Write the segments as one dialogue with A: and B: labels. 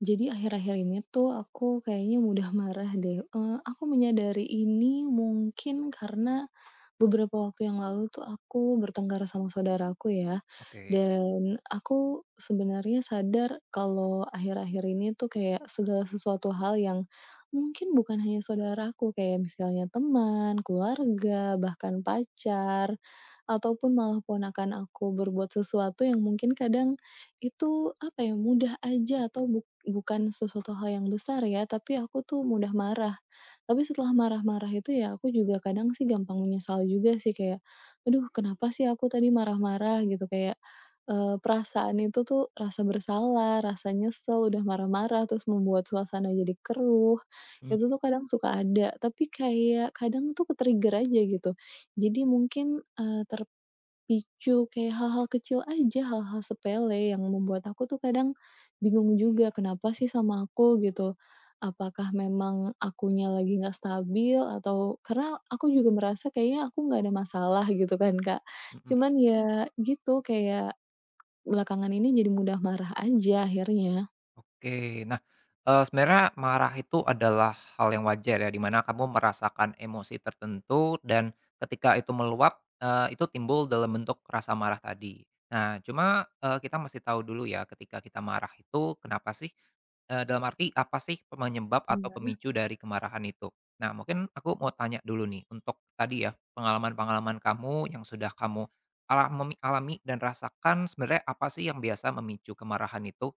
A: Jadi akhir-akhir ini tuh aku kayaknya mudah marah deh, aku menyadari ini mungkin karena beberapa waktu yang lalu tuh aku bertengkar sama saudaraku ya,
B: Oke.
A: dan aku sebenarnya sadar kalau akhir-akhir ini tuh kayak segala sesuatu hal yang mungkin bukan hanya saudaraku, kayak misalnya teman, keluarga, bahkan pacar, ataupun malah ponakan aku berbuat sesuatu yang mungkin kadang itu, apa ya, mudah aja atau bukan sesuatu hal yang besar ya, tapi aku tuh mudah marah. Tapi setelah marah-marah itu ya aku juga kadang sih gampang menyesal juga sih kayak, "Aduh kenapa sih aku tadi marah-marah?" Gitu kayak, perasaan itu tuh rasa bersalah, rasa nyesel udah marah-marah terus membuat suasana jadi keruh,
B: Mmm,
A: itu tuh kadang suka ada. Tapi kayak kadang tuh ke aja gitu. Jadi mungkin, eee, ter picu, kayak hal-hal kecil aja, hal-hal sepele yang membuat aku tuh kadang bingung juga, kenapa sih sama aku gitu. Apakah memang akunya lagi nggak stabil atau karena aku juga merasa kayaknya aku nggak ada masalah gitu kan, Kak.
B: mhm.
A: Cuman ya gitu, kayak belakangan ini jadi mudah marah aja akhirnya.
B: Oke. Nah, sebenarnya marah itu adalah hal yang wajar ya, di mana kamu merasakan emosi tertentu dan ketika itu meluap, itu timbul dalam bentuk rasa marah tadi. Nah, cuma, kita mesti tahu dulu ya ketika kita marah itu kenapa sih? Dalam arti apa sih penyebab atau
A: Iya.
B: pemicu dari kemarahan itu? Nah, mungkin aku mau tanya dulu nih untuk tadi ya, pengalaman-pengalaman kamu yang sudah kamu alami dan rasakan sebenarnya apa sih yang biasa memicu kemarahan itu?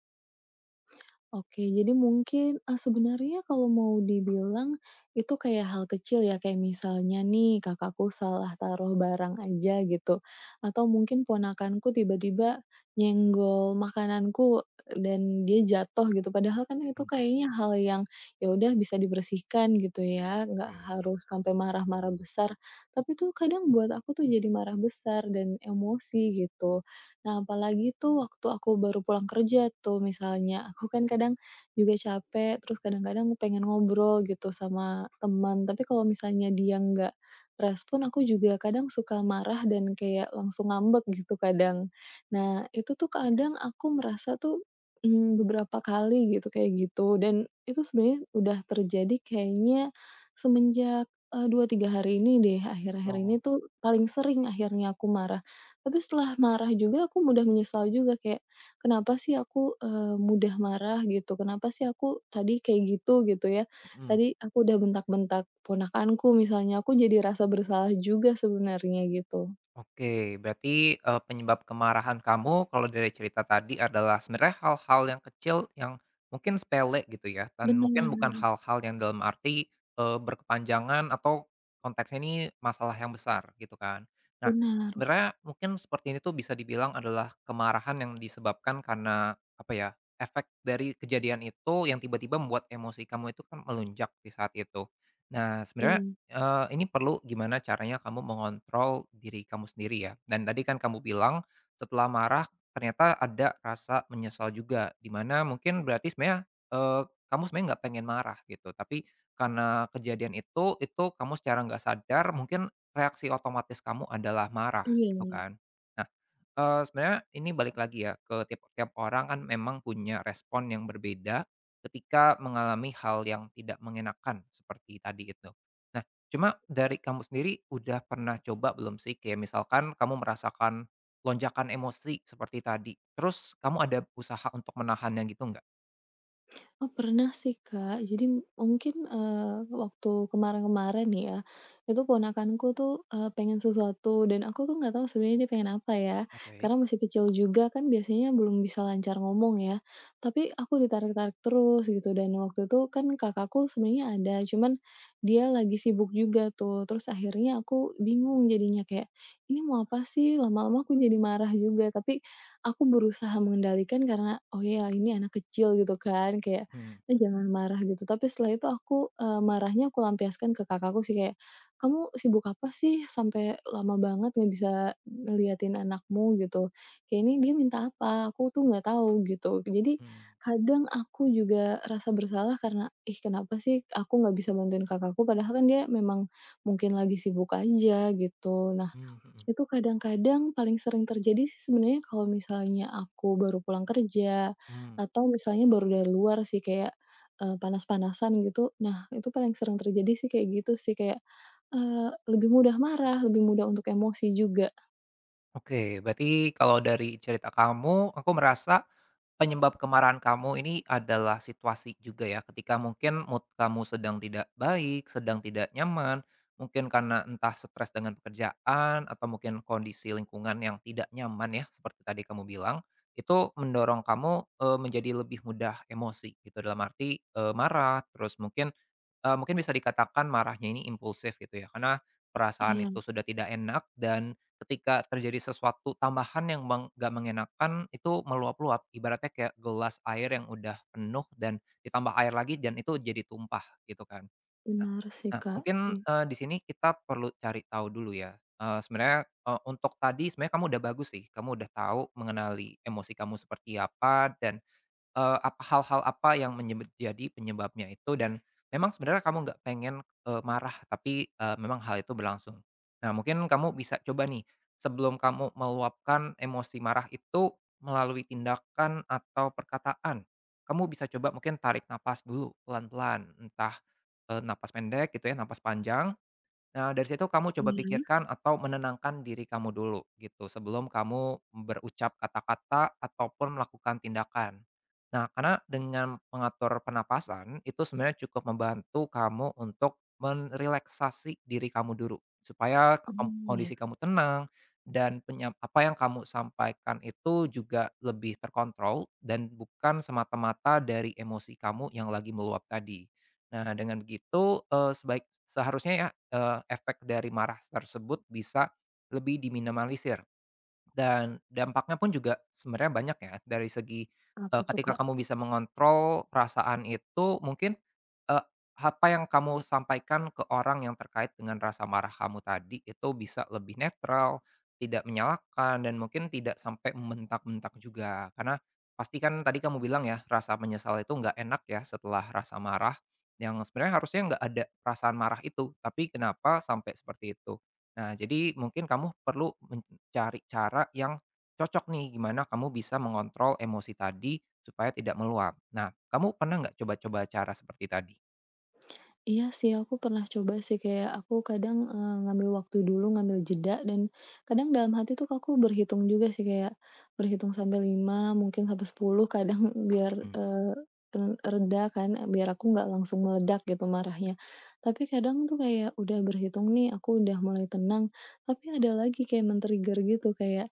A: Oke, jadi mungkin, sebenarnya kalau mau dibilang itu kayak hal kecil ya, kayak misalnya nih kakakku salah taruh barang aja gitu, atau mungkin ponakanku tiba-tiba nyenggol makananku dan dia jatuh gitu, padahal kan itu kayaknya hal yang ya udah bisa dibersihkan gitu ya, nggak
B: Oke.
A: harus sampai marah-marah besar, tapi tuh kadang buat aku tuh jadi marah besar dan emosi gitu. Nah, apalagi tuh waktu aku baru pulang kerja tuh misalnya, aku kan kadang juga capek, terus kadang-kadang pengen ngobrol gitu sama teman, tapi kalau misalnya dia nggak respon, aku juga kadang suka marah dan kayak langsung ngambek gitu kadang. Nah, itu tuh kadang aku merasa tuh, beberapa kali gitu kayak gitu dan itu sebenarnya udah terjadi kayaknya semenjak, 2, 3 hari ini deh, akhir-akhir ini
B: Oh,
A: tuh paling sering akhirnya aku marah. Tapi setelah marah juga aku mudah menyesal juga kayak, "Kenapa sih aku, mudah marah?" Gitu, "Kenapa sih aku tadi kayak gitu?" Gitu ya.
B: mhm,
A: Tadi aku udah bentak-bentak ponakanku misalnya, aku jadi rasa bersalah juga sebenarnya gitu.
B: oke. Berarti, penyebab kemarahan kamu kalau dari cerita tadi adalah sebenarnya hal-hal yang kecil yang mungkin sepele gitu ya, dan mungkin
A: Benar
B: bukan hal-hal yang dalam arti, berkepanjangan atau konteksnya ini masalah yang besar gitu kan. Nah,
A: benar.
B: sebenarnya mungkin seperti ini tuh bisa dibilang adalah kemarahan yang disebabkan karena apa ya, efek dari kejadian itu yang tiba-tiba membuat emosi kamu itu kan melunjak di saat itu. Nah, sebenarnya
A: Iya
B: Eee, ini perlu gimana caranya kamu mengontrol diri kamu sendiri ya, dan tadi kan kamu bilang setelah marah ternyata ada rasa menyesal juga, dimana mungkin berarti sebenarnya, kamu sebenarnya nggak pengen marah gitu, tapi karena kejadian itu kamu secara nggak sadar mungkin reaksi otomatis kamu adalah marah gitu
A: iya.
B: kan. Nah, sebenarnya ini balik lagi ya ke tiap tiap orang kan memang punya respon yang berbeda ketika mengalami hal yang tidak mengenakan seperti tadi itu. Nah, cuma dari kamu sendiri udah pernah coba belum sih kayak misalkan kamu merasakan lonjakan emosi seperti tadi, terus kamu ada usaha untuk menahannya gitu nggak?
A: Oh, pernah sih, Kak. Jadi mungkin, waktu kemarin-kemarin nih ya, itu ponakanku tuh, pengen sesuatu dan aku tuh nggak tahu sebenarnya dia pengen apa ya,
B: Oke.
A: karena masih kecil juga kan biasanya belum bisa lancar ngomong ya. Tapi aku ditarik-tarik terus gitu dan waktu itu kan kakakku sebenarnya ada, cuman dia lagi sibuk juga tuh. Terus akhirnya aku bingung jadinya kayak, "Ini mau apa sih?" Lama-lama aku jadi marah juga, tapi aku berusaha mengendalikan karena, "Oh ya, ini anak kecil," gitu kan, kayak
B: Mhm,
A: eh, jangan marah gitu, tapi setelah itu aku, marahnya aku lampiaskan ke kakakku sih kayak, "Kamu sibuk apa sih sampai lama banget nggak bisa ngeliatin anakmu?" Gitu, "Kayak ini dia minta apa? Aku tuh nggak tahu." Gitu. Jadi
B: mhm,
A: kadang aku juga rasa bersalah karena, "Ih, kenapa sih aku nggak bisa bantuin kakakku?" Padahal kan dia memang mungkin lagi sibuk aja gitu.
B: mmm, mhm,
A: Itu kadang-kadang paling sering terjadi sih sebenarnya kalau misalnya aku baru pulang kerja,
B: mmm.
A: atau misalnya baru dari luar sih kayak, panas-panasan gitu. Nah, itu paling sering terjadi sih kayak gitu sih, kayak, lebih mudah marah, lebih mudah untuk emosi juga.
B: Oke, berarti kalau dari cerita kamu, aku merasa penyebab kemarahan kamu ini adalah situasi juga ya, ketika mungkin mood kamu sedang tidak baik, sedang tidak nyaman, mungkin karena entah stres dengan pekerjaan atau mungkin kondisi lingkungan yang tidak nyaman ya, seperti tadi kamu bilang, itu mendorong kamu, menjadi lebih mudah emosi gitu, dalam arti, marah, terus mungkin, mungkin bisa dikatakan marahnya ini impulsif gitu ya, karena perasaan itu
A: Iya,
B: sudah tidak enak dan ketika terjadi sesuatu tambahan yang nggak mengenakan, itu meluap-luap, ibaratnya kayak gelas air yang udah penuh dan ditambah air lagi dan itu jadi tumpah gitu kan. Nah
A: benar sih,
B: nah
A: Kak.
B: mungkin,
A: Iya.
B: di sini kita perlu cari tahu dulu ya, sebenarnya, untuk tadi sebenarnya kamu udah bagus sih, kamu udah tahu mengenali emosi kamu seperti apa dan apa hal-hal apa yang jadi penyebabnya itu dan memang sebenarnya kamu nggak pengen, marah tapi, memang hal itu berlangsung. Nah mungkin kamu bisa coba nih, sebelum kamu meluapkan emosi marah itu melalui tindakan atau perkataan, kamu bisa coba mungkin tarik napas dulu pelan-pelan, entah, napas pendek gitu ya, napas panjang. Nah, dari situ kamu coba
A: Iya.
B: pikirkan atau menenangkan diri kamu dulu gitu sebelum kamu berucap kata-kata ataupun melakukan tindakan. Nah, karena dengan mengatur penapasan itu sebenarnya cukup membantu kamu untuk merelaksasi diri kamu dulu supaya
A: Mmm, iya.
B: kondisi kamu tenang dan apa yang kamu sampaikan itu juga lebih terkontrol dan bukan semata-mata dari emosi kamu yang lagi meluap tadi. Nah, dengan begitu eh, sebaik seharusnya ya efek dari marah tersebut bisa lebih diminimalisir. Dan dampaknya pun juga sebenarnya banyak ya dari segi,
A: Apa tuh,
B: ketika
A: Kak?
B: kamu bisa mengontrol perasaan itu mungkin, eee, apa yang kamu sampaikan ke orang yang terkait dengan rasa marah kamu tadi itu bisa lebih netral, tidak menyalahkan, dan mungkin tidak sampai membentak-bentak juga. Karena pasti kan tadi kamu bilang ya rasa menyesal itu nggak enak ya setelah rasa marah, yang sebenarnya harusnya nggak ada perasaan marah itu, tapi kenapa sampai seperti itu. Nah, jadi mungkin kamu perlu mencari cara yang cocok nih, gimana kamu bisa mengontrol emosi tadi supaya tidak meluap. Nah, kamu pernah nggak coba-coba cara seperti tadi?
A: Iya sih, aku pernah coba sih, kayak aku kadang, ngambil waktu dulu, ngambil jeda, dan kadang dalam hati tuh aku berhitung juga sih, kayak berhitung sampai 5 mungkin sampai 10 kadang biar,
B: Mhm.
A: eee, re reda kan, biar aku nggak langsung meledak gitu marahnya. Tapi kadang tuh kayak udah berhitung nih, aku udah mulai tenang, tapi ada lagi kayak men-trigger gitu, kayak,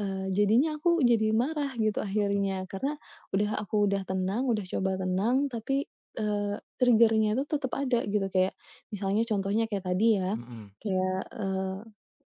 A: jadinya aku jadi marah gitu
B: Mhm.
A: akhirnya, karena udah tenang, udah coba tenang, tapi trigger-nya itu tetep ada gitu, kayak misalnya contohnya kayak tadi ya,
B: Mhm.
A: kayak,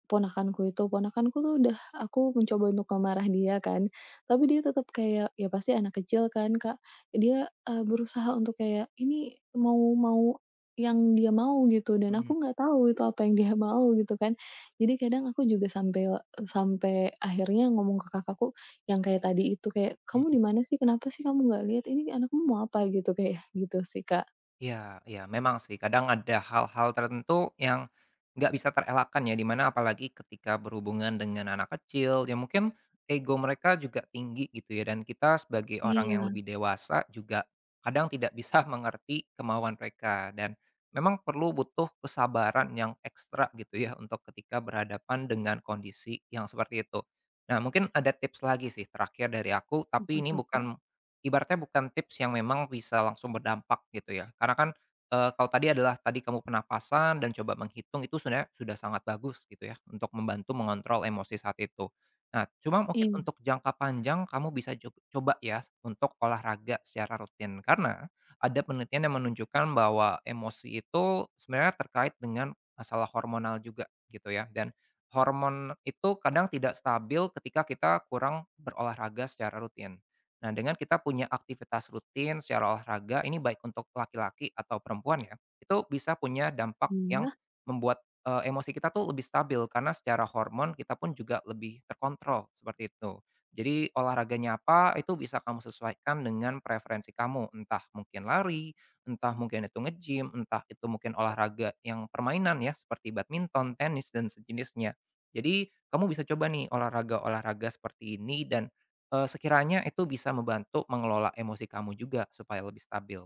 A: ponakanku itu, ponakanku tuh udah aku mencoba untuk kemarah dia kan, tapi dia tetap kayak, ya pasti anak kecil kan, Kak. Dia, berusaha untuk kayak, ini mau mau yang dia mau gitu, dan aku nggak tahu itu apa yang dia mau gitu kan. Jadi kadang aku juga sampai sampai akhirnya ngomong ke kakakku yang kayak tadi itu, kayak, "Kamu
B: Mhm.
A: di mana sih? Kenapa sih kamu nggak lihat ini anakmu mau apa?" Gitu, kayak gitu sih, Kak.
B: Iya iya, memang sih kadang ada hal-hal tertentu yang nggak bisa terelakkan ya, dimana apalagi ketika berhubungan dengan anak kecil ya mungkin ego mereka juga tinggi gitu ya, dan kita sebagai orang yang
A: Iya,
B: lebih dewasa juga kadang tidak bisa mengerti kemauan mereka dan memang perlu butuh kesabaran yang ekstra gitu ya untuk ketika berhadapan dengan kondisi yang seperti itu. Nah mungkin ada tips lagi sih terakhir dari aku,
A: apa
B: tapi ini
A: tuh, Kak?
B: bukan ibaratnya bukan tips yang memang bisa langsung berdampak gitu ya, karena kan, kalau tadi adalah tadi kamu penapasan dan coba menghitung itu sebenarnya sudah sangat bagus gitu ya, untuk membantu mengontrol emosi saat itu. Nah, cuma mungkin
A: Iya.
B: untuk jangka panjang kamu bisa coba ya untuk olahraga secara rutin, karena ada penelitian yang menunjukkan bahwa emosi itu sebenarnya terkait dengan masalah hormonal juga gitu ya, dan hormon itu kadang tidak stabil ketika kita kurang berolahraga secara rutin. Nah, dengan kita punya aktivitas rutin secara olahraga, ini baik untuk laki-laki atau perempuan ya, itu bisa punya dampak yang
A: Iya.
B: membuat, emosi kita tuh lebih stabil karena secara hormon kita pun juga lebih terkontrol, seperti itu. Jadi olahraganya apa, itu bisa kamu sesuaikan dengan preferensi kamu, entah mungkin lari, entah mungkin itu nge-gym, entah itu mungkin olahraga yang permainan ya, seperti badminton, tenis, dan sejenisnya. Jadi kamu bisa coba nih olahraga-olahraga seperti ini dan sekiranya itu bisa membantu mengelola emosi kamu juga supaya lebih stabil.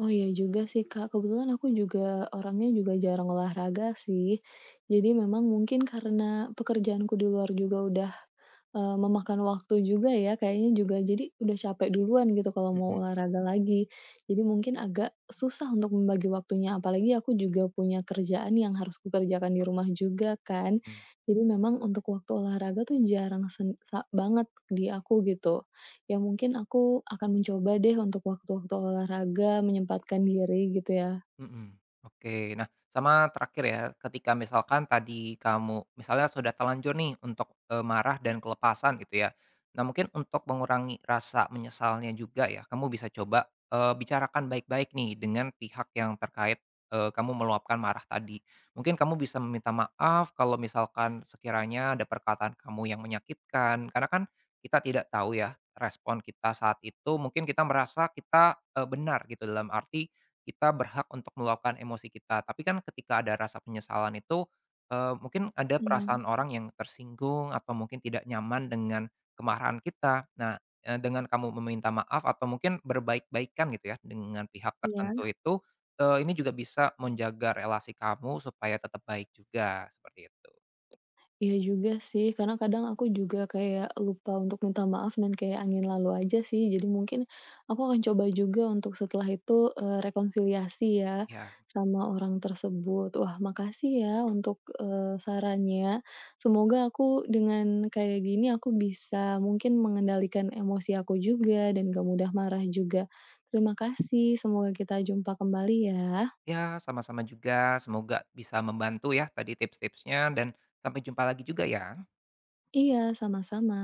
A: Oh iya juga sih, Kak. Kebetulan aku juga orangnya juga jarang olahraga sih. Jadi memang mungkin karena pekerjaanku di luar juga udah, memakan waktu juga ya kayaknya juga. Jadi udah capek duluan gitu kalau mau
B: Mhm,
A: olahraga lagi. Jadi mungkin agak susah untuk membagi waktunya, apalagi aku juga punya kerjaan yang harus kukerjakan di rumah juga kan.
B: mhm.
A: Jadi memang untuk waktu olahraga tuh jarang sen sa banget di aku gitu. Ya mungkin aku akan mencoba deh untuk waktu-waktu olahraga, menyempatkan diri gitu ya.
B: Mhm, oke. Nah, sama terakhir ya, ketika misalkan tadi kamu misalnya sudah terlanjur nih untuk, marah dan kelepasan gitu ya. Nah, mungkin untuk mengurangi rasa menyesalnya juga ya, kamu bisa coba, bicarakan baik-baik nih dengan pihak yang terkait, kamu meluapkan marah tadi. Mungkin kamu bisa meminta maaf kalau misalkan sekiranya ada perkataan kamu yang menyakitkan, karena kan kita tidak tahu ya respon kita saat itu, mungkin kita merasa kita, benar gitu, dalam arti kita berhak untuk meluapkan emosi kita. Tapi kan ketika ada rasa penyesalan itu, mungkin ada
A: Iya.
B: perasaan orang yang tersinggung atau mungkin tidak nyaman dengan kemarahan kita. Nah, dengan kamu meminta maaf atau mungkin berbaik-baikan gitu ya dengan pihak tertentu
A: Iya.
B: itu, ini juga bisa menjaga relasi kamu supaya tetap baik juga, seperti itu.
A: Iya juga sih, karena kadang aku juga kayak lupa untuk minta maaf dan kayak angin lalu aja sih. Jadi mungkin aku akan coba juga untuk setelah itu, rekonsiliasi ya
B: Ya.
A: sama orang tersebut. Wah makasih ya untuk, sarannya. Semoga aku dengan kayak gini aku bisa mungkin mengendalikan emosi aku juga dan gak mudah marah juga. Terima kasih, semoga kita jumpa kembali ya.
B: Ya, sama-sama juga, semoga bisa membantu ya tadi tips-tipsnya dan sampai jumpa lagi juga ya.
A: Iya, sama-sama.